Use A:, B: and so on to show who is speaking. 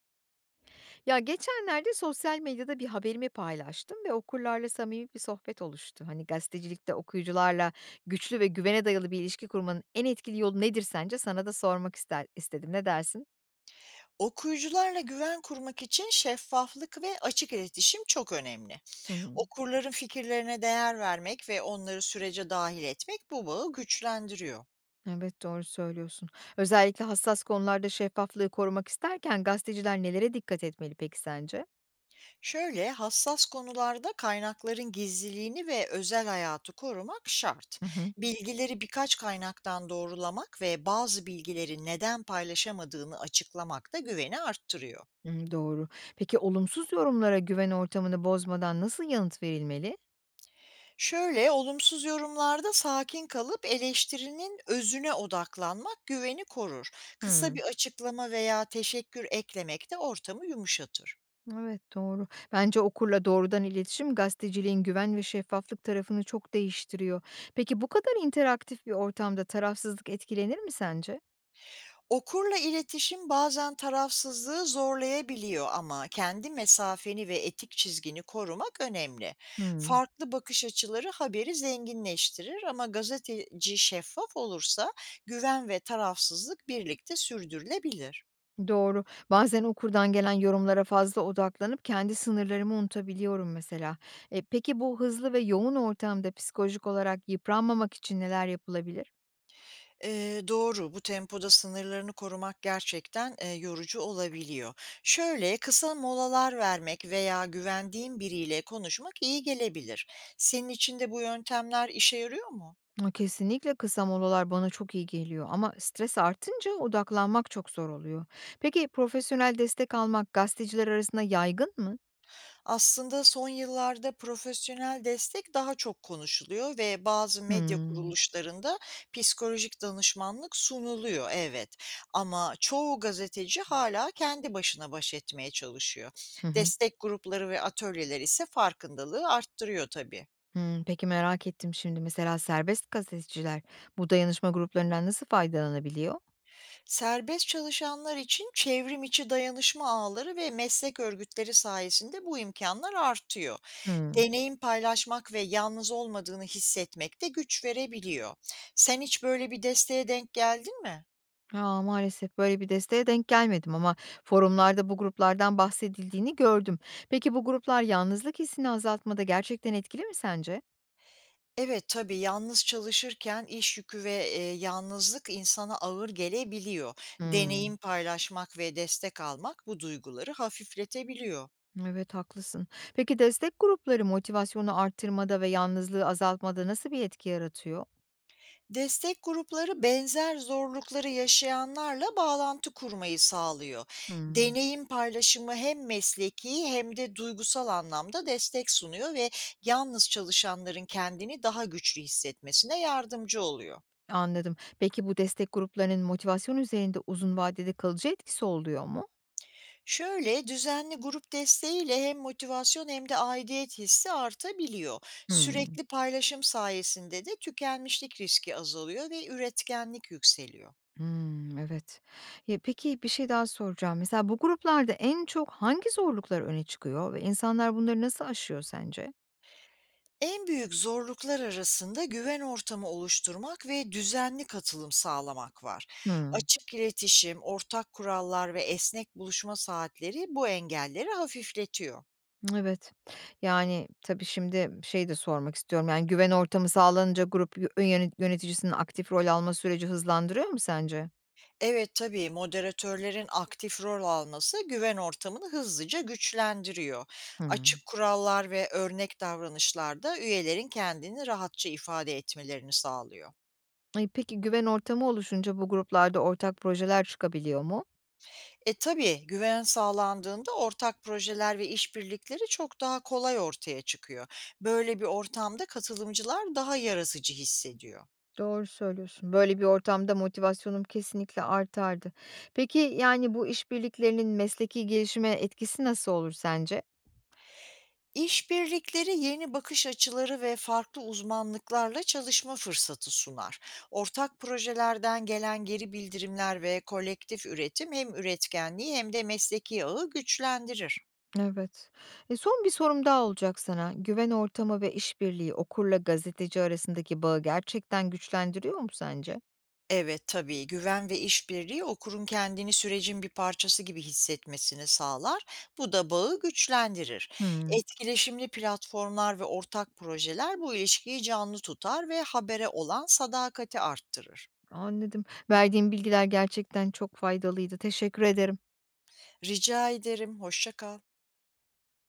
A: Ya geçenlerde sosyal medyada bir haberimi paylaştım ve okurlarla samimi bir sohbet oluştu. Hani gazetecilikte okuyucularla güçlü ve güvene dayalı bir ilişki kurmanın en etkili yolu nedir sence? Sana da istedim. Ne dersin?
B: Okuyucularla güven kurmak için şeffaflık ve açık iletişim çok önemli.
A: Hı, hı.
B: Okurların fikirlerine değer vermek ve onları sürece dahil etmek bu bağı güçlendiriyor.
A: Evet, doğru söylüyorsun. Özellikle hassas konularda şeffaflığı korumak isterken gazeteciler nelere dikkat etmeli peki sence?
B: Şöyle hassas konularda kaynakların gizliliğini ve özel hayatı korumak şart.
A: Hı hı,
B: Bilgileri birkaç kaynaktan doğrulamak ve bazı bilgileri neden paylaşamadığını açıklamak da güveni arttırıyor.
A: hı, doğru. Peki olumsuz yorumlara güven ortamını bozmadan nasıl yanıt verilmeli?
B: Şöyle, olumsuz yorumlarda sakin kalıp eleştirinin özüne odaklanmak güveni korur. Kısa
A: Hı.
B: bir açıklama veya teşekkür eklemek de ortamı yumuşatır.
A: Evet, doğru. Bence okurla doğrudan iletişim gazeteciliğin güven ve şeffaflık tarafını çok değiştiriyor. Peki bu kadar interaktif bir ortamda tarafsızlık etkilenir mi sence?
B: Okurla iletişim bazen tarafsızlığı zorlayabiliyor ama kendi mesafeni ve etik çizgini korumak önemli.
A: Hmm,
B: Farklı bakış açıları haberi zenginleştirir ama gazeteci şeffaf olursa güven ve tarafsızlık birlikte sürdürülebilir.
A: doğru. Bazen okurdan gelen yorumlara fazla odaklanıp kendi sınırlarımı unutabiliyorum mesela. E, peki bu hızlı ve yoğun ortamda psikolojik olarak yıpranmamak için neler yapılabilir?
B: Doğru, bu tempoda sınırlarını korumak gerçekten, yorucu olabiliyor. Şöyle, kısa molalar vermek veya güvendiğin biriyle konuşmak iyi gelebilir. Senin için de bu yöntemler işe yarıyor mu?
A: Kesinlikle kısa molalar bana çok iyi geliyor ama stres artınca odaklanmak çok zor oluyor. Peki profesyonel destek almak gazeteciler arasında yaygın mı?
B: Aslında son yıllarda profesyonel destek daha çok konuşuluyor ve bazı medya
A: Hımm.
B: kuruluşlarında psikolojik danışmanlık sunuluyor, evet. Ama çoğu gazeteci hala kendi başına baş etmeye çalışıyor.
A: Hı hı.
B: Destek grupları ve atölyeler ise farkındalığı arttırıyor tabii.
A: Hımm, peki merak ettim şimdi, mesela serbest gazeteciler bu dayanışma gruplarından nasıl faydalanabiliyor?
B: Serbest çalışanlar için çevrim içi dayanışma ağları ve meslek örgütleri sayesinde bu imkanlar artıyor.
A: Hımm.
B: Deneyim paylaşmak ve yalnız olmadığını hissetmek de güç verebiliyor. Sen hiç böyle bir desteğe denk geldin mi?
A: A, maalesef böyle bir desteğe denk gelmedim ama forumlarda bu gruplardan bahsedildiğini gördüm. Peki bu gruplar yalnızlık hissini azaltmada gerçekten etkili mi sence?
B: Evet, tabii yalnız çalışırken iş yükü ve yalnızlık insana ağır gelebiliyor.
A: Hımm.
B: Deneyim paylaşmak ve destek almak bu duyguları hafifletebiliyor.
A: Evet, haklısın. Peki destek grupları motivasyonu arttırmada ve yalnızlığı azaltmada nasıl bir etki yaratıyor?
B: Destek grupları benzer zorlukları yaşayanlarla bağlantı kurmayı sağlıyor.
A: Hımm,
B: Deneyim paylaşımı hem mesleki hem de duygusal anlamda destek sunuyor ve yalnız çalışanların kendini daha güçlü hissetmesine yardımcı oluyor.
A: anladım. Peki bu destek gruplarının motivasyon üzerinde uzun vadede kalıcı etkisi oluyor mu?
B: Şöyle düzenli grup desteğiyle hem motivasyon hem de aidiyet hissi artabiliyor.
A: Hımm.
B: Sürekli paylaşım sayesinde de tükenmişlik riski azalıyor ve üretkenlik yükseliyor.
A: Hımm, evet. Ya, peki bir şey daha soracağım. Mesela bu gruplarda en çok hangi zorluklar öne çıkıyor ve insanlar bunları nasıl aşıyor sence?
B: En büyük zorluklar arasında güven ortamı oluşturmak ve düzenli katılım sağlamak var.
A: Hımm.
B: Açık iletişim, ortak kurallar ve esnek buluşma saatleri bu engelleri hafifletiyor.
A: Evet. Yani, tabii şimdi şey de sormak istiyorum, yani, güven ortamı sağlanınca grup yö yöne yöneticisinin aktif rol alma süreci hızlandırıyor mu sence?
B: Evet tabii moderatörlerin aktif rol alması güven ortamını hızlıca güçlendiriyor.
A: Hımm.
B: Açık kurallar ve örnek davranışlar da üyelerin kendini rahatça ifade etmelerini sağlıyor.
A: Ay, peki güven ortamı oluşunca bu gruplarda ortak projeler çıkabiliyor mu?
B: Tabii, güven sağlandığında ortak projeler ve işbirlikleri çok daha kolay ortaya çıkıyor. Böyle bir ortamda katılımcılar daha yarasıcı hissediyor.
A: Doğru söylüyorsun. Böyle bir ortamda motivasyonum kesinlikle artardı. Peki, yani, bu işbirliklerinin mesleki gelişime etkisi nasıl olur sence?
B: İşbirlikleri yeni bakış açıları ve farklı uzmanlıklarla çalışma fırsatı sunar. Ortak projelerden gelen geri bildirimler ve kolektif üretim hem üretkenliği hem de mesleki ağı güçlendirir.
A: Evet. E, son bir sorum daha olacak sana. Güven ortamı ve işbirliği okurla gazeteci arasındaki bağı gerçekten güçlendiriyor mu sence?
B: Evet, tabii. Güven ve işbirliği okurun kendini sürecin bir parçası gibi hissetmesini sağlar. Bu da bağı güçlendirir.
A: Hmm,
B: Etkileşimli platformlar ve ortak projeler bu ilişkiyi canlı tutar ve habere olan sadakati arttırır.
A: anladım. Verdiğin bilgiler gerçekten çok faydalıydı. Teşekkür ederim.
B: Rica ederim. Hoşça kal.